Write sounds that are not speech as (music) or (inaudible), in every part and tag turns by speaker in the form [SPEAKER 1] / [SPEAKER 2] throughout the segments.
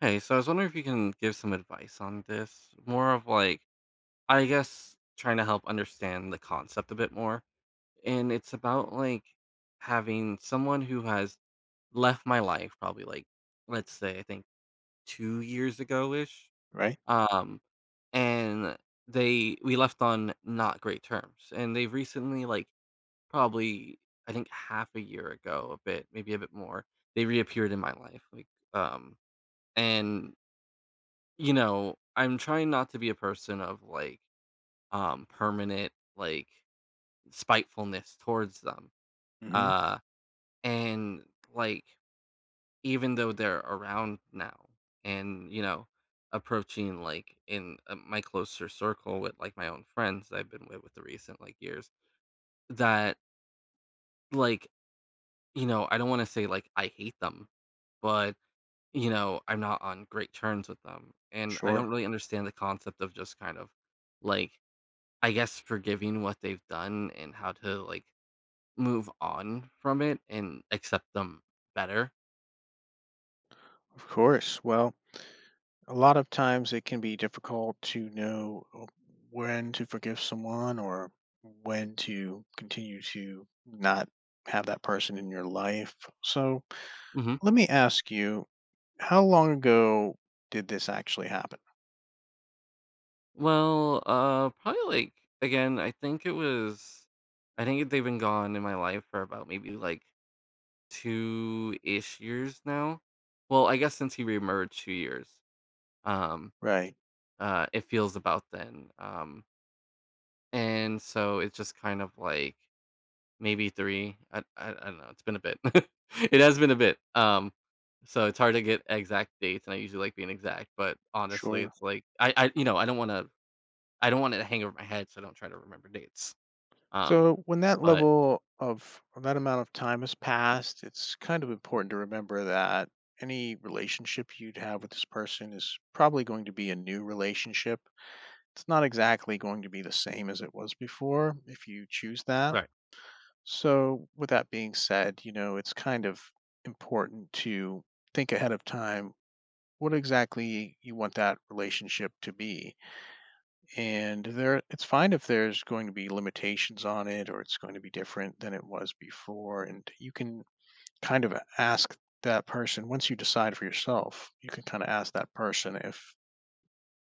[SPEAKER 1] Hey, so I was wondering if you can give some advice on this. More of like, I guess, trying to help understand the concept a bit more. And it's about like having someone who has left my life probably like, let's say, I think 2 years ago ish.
[SPEAKER 2] Right?
[SPEAKER 1] Um, and we left on not great terms. And they've recently, like, probably, I think half a year ago, a bit, maybe a bit more, they reappeared in my life. Like, um, and I'm trying not to be a person of, like, permanent, like, spitefulness towards them,
[SPEAKER 2] Hmm.
[SPEAKER 1] uh, and, like, even though they're around now and, approaching, like, in, my closer circle with, like, my own friends that I've been with the recent, like, years, that, like, I don't wanna say, like, I hate them, but, I'm not on great terms with them, and I
[SPEAKER 2] Sure.
[SPEAKER 1] don't really understand the concept of just kind of, like I guess forgiving what they've done and how to like move on from it and accept them better.
[SPEAKER 2] Of course. Well, a lot of times it can be difficult to know when to forgive someone or when to continue to not have that person in your life. So
[SPEAKER 1] Hmm.
[SPEAKER 2] let me ask you, how long ago did this actually happen?
[SPEAKER 1] Well, probably like again, I think it was, I think they've been gone in my life for about maybe like two ish years now. Well, I guess since he reemerged 2 years, um,
[SPEAKER 2] Right.
[SPEAKER 1] it feels about then. And so it's just kind of like maybe 3. I don't know, it's been a bit. (laughs) It has been a bit, so it's hard to get exact dates, and I usually like being exact, but honestly,
[SPEAKER 2] Sure.
[SPEAKER 1] it's like I I don't wanna I don't want it to hang over my head, so I don't try to remember dates, um,
[SPEAKER 2] So when that
[SPEAKER 1] but.
[SPEAKER 2] level of or that amount of time has passed, it's kind of important to remember that any relationship you'd have with this person is probably going to be a new relationship. It's not exactly going to be the same as it was before if you choose that.
[SPEAKER 1] Right.
[SPEAKER 2] So with that being said, you know, it's kind of important to think ahead of time what exactly you want that relationship to be, and there it's fine if there's going to be limitations on it or it's going to be different than it was before, and you can kind of ask that person. Once you decide for yourself, you can kind of ask that person if,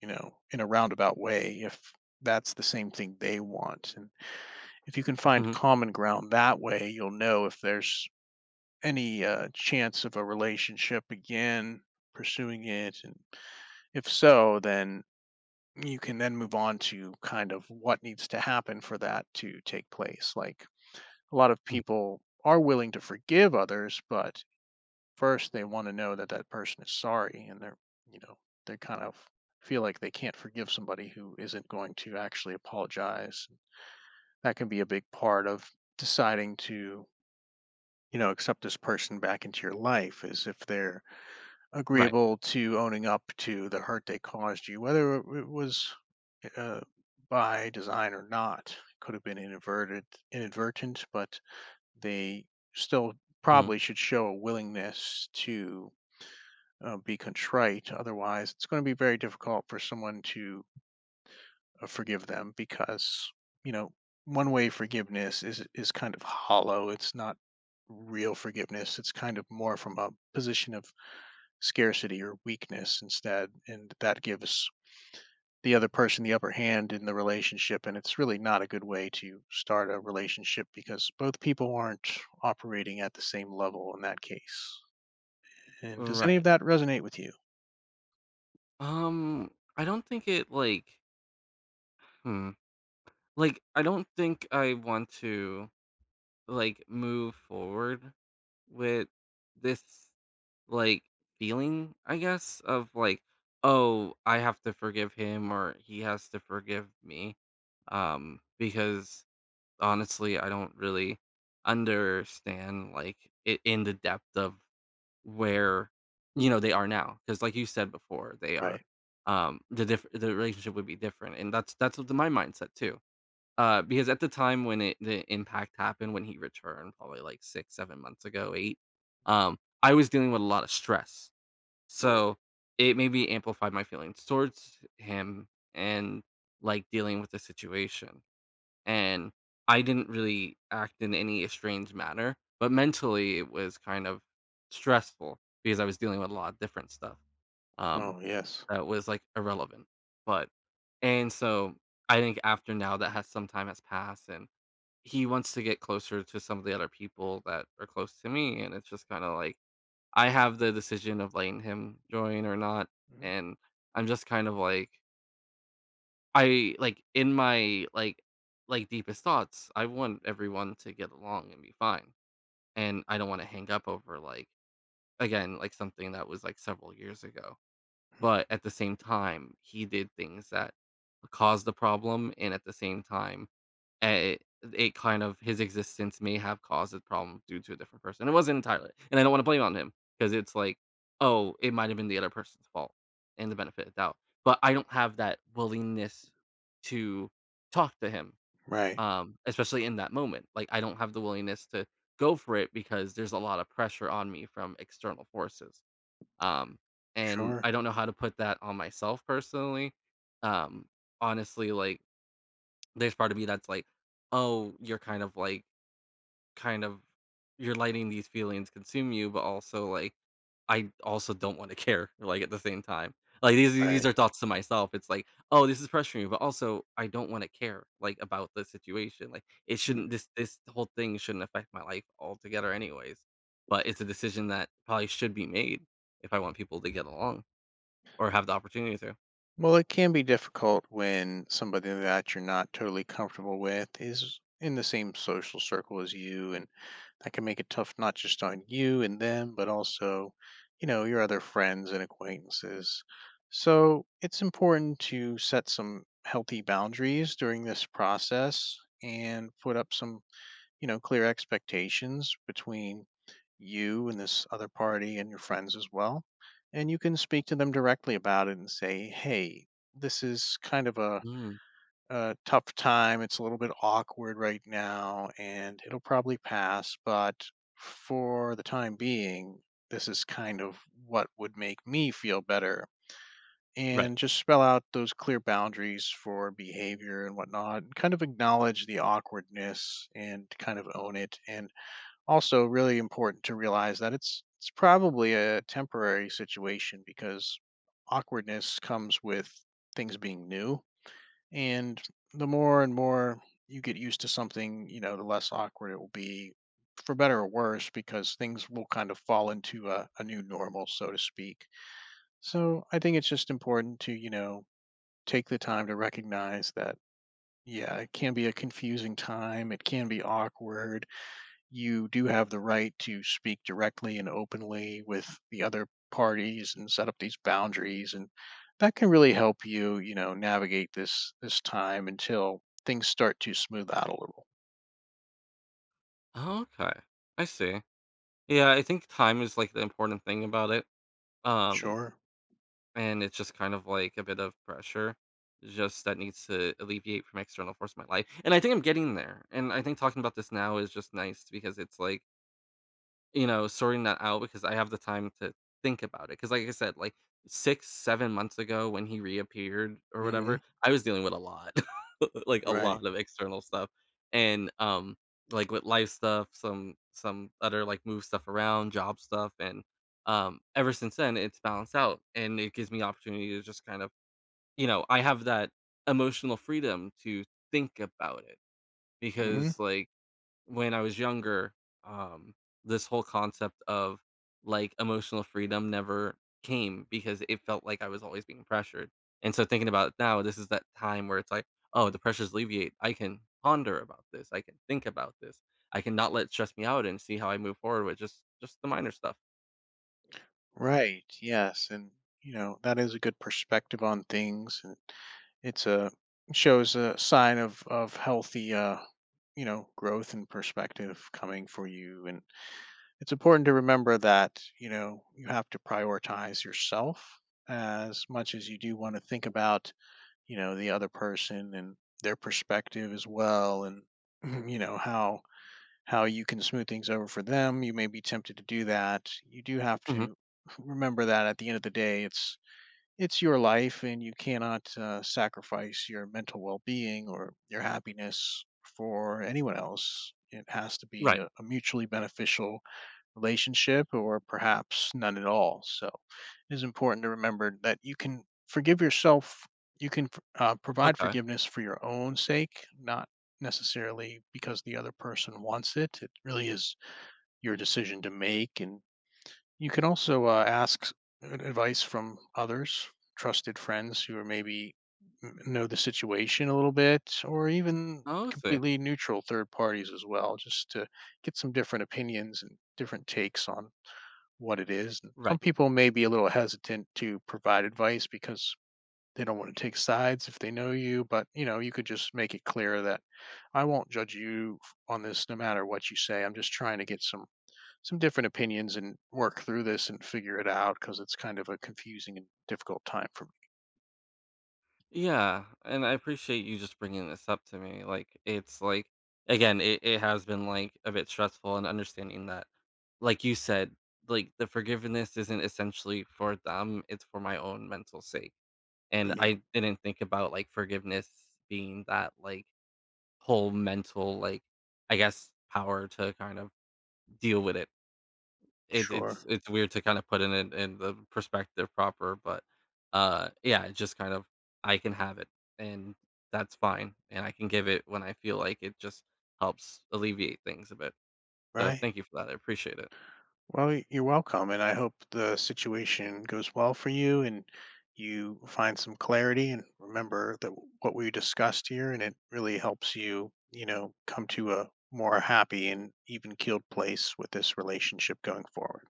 [SPEAKER 2] you know, in a roundabout way, if that's the same thing they want, and if you can find
[SPEAKER 1] Mhm.
[SPEAKER 2] common ground that way, you'll know if there's any chance of a relationship again, pursuing it, and if so, then you can then move on to kind of what needs to happen for that to take place. Like, a lot of
[SPEAKER 1] Mhm.
[SPEAKER 2] people are willing to forgive others, but first they want to know that that person is sorry, and they're, you know, they kind of feel like they can't forgive somebody who isn't going to actually apologize. That can be a big part of deciding to, you know, accept this person back into your life, is if they're
[SPEAKER 1] Right.
[SPEAKER 2] agreeable to owning up to the hurt they caused you, whether it was uh, by design or not. Could have been inadvertent, inadvertent, but they still
[SPEAKER 1] Mhm.
[SPEAKER 2] probably should show a willingness to be contrite. Otherwise, it's going to be very difficult for someone to forgive them, because, you know, one way forgiveness is kind of hollow. It's not real forgiveness. It's kind of more from a position of scarcity or weakness instead, and that gives the other person the upper hand in the relationship, and it's really not a good way to start a relationship because both people aren't operating at the same level in that case. And does any of
[SPEAKER 1] Right.
[SPEAKER 2] that resonate with you?
[SPEAKER 1] Um, I don't think it, hmm, like, I don't think I want to, like, move forward with this like, feeling, I guess, of like, "Oh, I have to forgive him or he has to forgive me." Because honestly, I don't really understand, like, it in the depth of where, they are now. Because, like you said before, they are,
[SPEAKER 2] Right.
[SPEAKER 1] the diff the relationship would be different, and that's what my mindset too. Because at the time when it the impact happened, when he returned, probably like 6, 7 months ago, 8, I was dealing with a lot of stress.
[SPEAKER 2] Sure.
[SPEAKER 1] So, it maybe amplified my feelings towards him and, like, dealing with the situation, and I didn't really act in any estranged manner, but mentally, it was kind of stressful because I was dealing with a lot of different stuff, um,
[SPEAKER 2] Oh, yes.
[SPEAKER 1] that was, like, irrelevant, but and so, I think after now that has some time has passed, and he wants to get closer to some of the other people that are close to me, and it's just kinda like I have the decision of letting him join or not,
[SPEAKER 2] Mhm.
[SPEAKER 1] and I'm just kind of like I like in my like deepest thoughts, I want everyone to get along and be fine. And I don't want to hang up over like again, like something that was like several years ago. But at the same time, he did things that caused the problem and at the same time Eh, it it kind of his existence may have caused a problem due to a different person. It wasn't entirely, and I don't wanna blame on him because it's like, "Oh, it might have been the other person's fault," and the benefit of doubt. But I don't have that willingness to talk to him,
[SPEAKER 2] Right.
[SPEAKER 1] especially in that moment. Like, I don't have the willingness to go for it because there's a lot of pressure on me from external forces. Um, and
[SPEAKER 2] Sure.
[SPEAKER 1] I don't know how to put that on myself personally. Um, honestly, like there's part of me that's like, "Oh, you're kind of like kind of you're letting these feelings consume you," but also, like, I also don't wanna (laughs) care, like, at the same time. Like, these
[SPEAKER 2] Right.
[SPEAKER 1] these are thoughts to myself. It's like, "Oh, this is pressuring you. But also I don't wanna care, like, about the situation." Like, it shouldn't this this whole thing shouldn't affect my life altogether anyways, but it's a decision that probably should be made if I want people to get along or have the opportunity to.
[SPEAKER 2] Well, it can be difficult when somebody that you're not totally comfortable with is in the same social circle as you, and that can make it tough not just on you and them, but also, you know, your other friends and acquaintances. So it's important to set some healthy boundaries during this process and put up some, you know, clear expectations between you and this other party and your friends as well. And you can speak to them directly about it and say, hey, this is kind of
[SPEAKER 1] Mm,
[SPEAKER 2] a tough time. It's a little bit awkward right now, and it'll probably pass. But for the time being, this is kind of what would make me feel better.
[SPEAKER 1] right.
[SPEAKER 2] And just spell out those clear boundaries for behavior and whatnot. And kind of acknowledge the awkwardness and kind of own it. And also, really important to realize that it's probably a temporary situation, because awkwardness comes with things being new, and the more and more you get used to something, you know, the less awkward it will be, for better or worse, because things will kind of fall into a new normal, so to speak. So I think it's just important to, you know, take the time to recognize that, yeah, it can be a confusing time. It can be awkward. You do have the right to speak directly and openly with the other parties and set up these boundaries, and that can really help you, you know, navigate this time until things start to smooth out a little.
[SPEAKER 1] Okay, I see. Yeah, I think time is like the important thing about it. Um,
[SPEAKER 2] Sure.
[SPEAKER 1] and it's just kind of like a bit of pressure just that needs to alleviate from external force in my life. And I think I'm getting there. And I think talking about this now is just nice because it's like, sorting that out because I have the time to think about it. Cause like I said, like 6, 7 months ago when he reappeared or
[SPEAKER 2] Hmm.
[SPEAKER 1] whatever, I was dealing with a lot like, a
[SPEAKER 2] Right.
[SPEAKER 1] lot of external stuff, and, like, with life stuff, some other, like, move stuff around, job stuff, and, ever since then, it's balanced out, and it gives me opportunity to just kind of I have that emotional freedom to think about it
[SPEAKER 2] Hmm.
[SPEAKER 1] because, like when I was younger, um, this whole concept of like emotional freedom never came because it felt like I was always being pressured. And so thinking about it now, this is that time where it's like, oh, the pressures alleviate. I can ponder about this. I can think about this. I can not let it stress me out and see how I move forward with just the minor stuff.
[SPEAKER 2] Right, yes. And, you know, that is a good perspective on things, and it's a, shows a sign of healthy, uh, you know, growth and perspective coming for you. And it's important to remember that, you know, you have to prioritize yourself as much as you do want to think about, you know, the other person and their perspective as well. And (clears throat) you know how you can smooth things over for them, you may be tempted to do that. You do have
[SPEAKER 1] Hmm.
[SPEAKER 2] to (laughs) remember that at the end of the day, it's your life, and you cannot sacrifice your mental well-being or your happiness for anyone else. It has to be
[SPEAKER 1] Right.
[SPEAKER 2] a mutually beneficial relationship, or perhaps none at all. So it is important to remember that you can forgive yourself. You can provide
[SPEAKER 1] Okay.
[SPEAKER 2] forgiveness for your own sake, not necessarily because the other person wants it. It really is your decision to make. And you can also ask ad- advice from others, trusted friends who are maybe know the situation a little bit, or even
[SPEAKER 1] Oh, I see.
[SPEAKER 2] completely neutral third parties as well, just to get some different opinions and different takes on what it is. And some
[SPEAKER 1] Right.
[SPEAKER 2] people may be a little hesitant to provide advice because they don't want to take sides if they know you, but, you know, you could just make it clear that I won't judge you on this no matter what you say. I'm just trying to get some different opinions and work through this and figure it out because it's kind of a confusing and difficult time for me.
[SPEAKER 1] Yeah, and I appreciate you just bringing this up to me. Like, it's like, again, it has been like a bit stressful and understanding that, like you said, like the forgiveness isn't essentially for them, it's for my own mental sake. And
[SPEAKER 2] Mhm.
[SPEAKER 1] I didn't think about like forgiveness being that like whole mental, like, I guess, power to kind of deal with it. it's
[SPEAKER 2] Sure.
[SPEAKER 1] it's it's weird to kinda put in it in the perspective proper, but, yeah, it's just kind of I can have it, and that's fine, and I can give it when I feel like it just helps alleviate things a bit. So,
[SPEAKER 2] Right.
[SPEAKER 1] thank you for that, I appreciate it.
[SPEAKER 2] Well, you're welcome, and I hope the situation goes well for you and you find some clarity and remember what we discussed here, and it really helps you, you know, come to a more happy and even keeled place with this relationship going forward.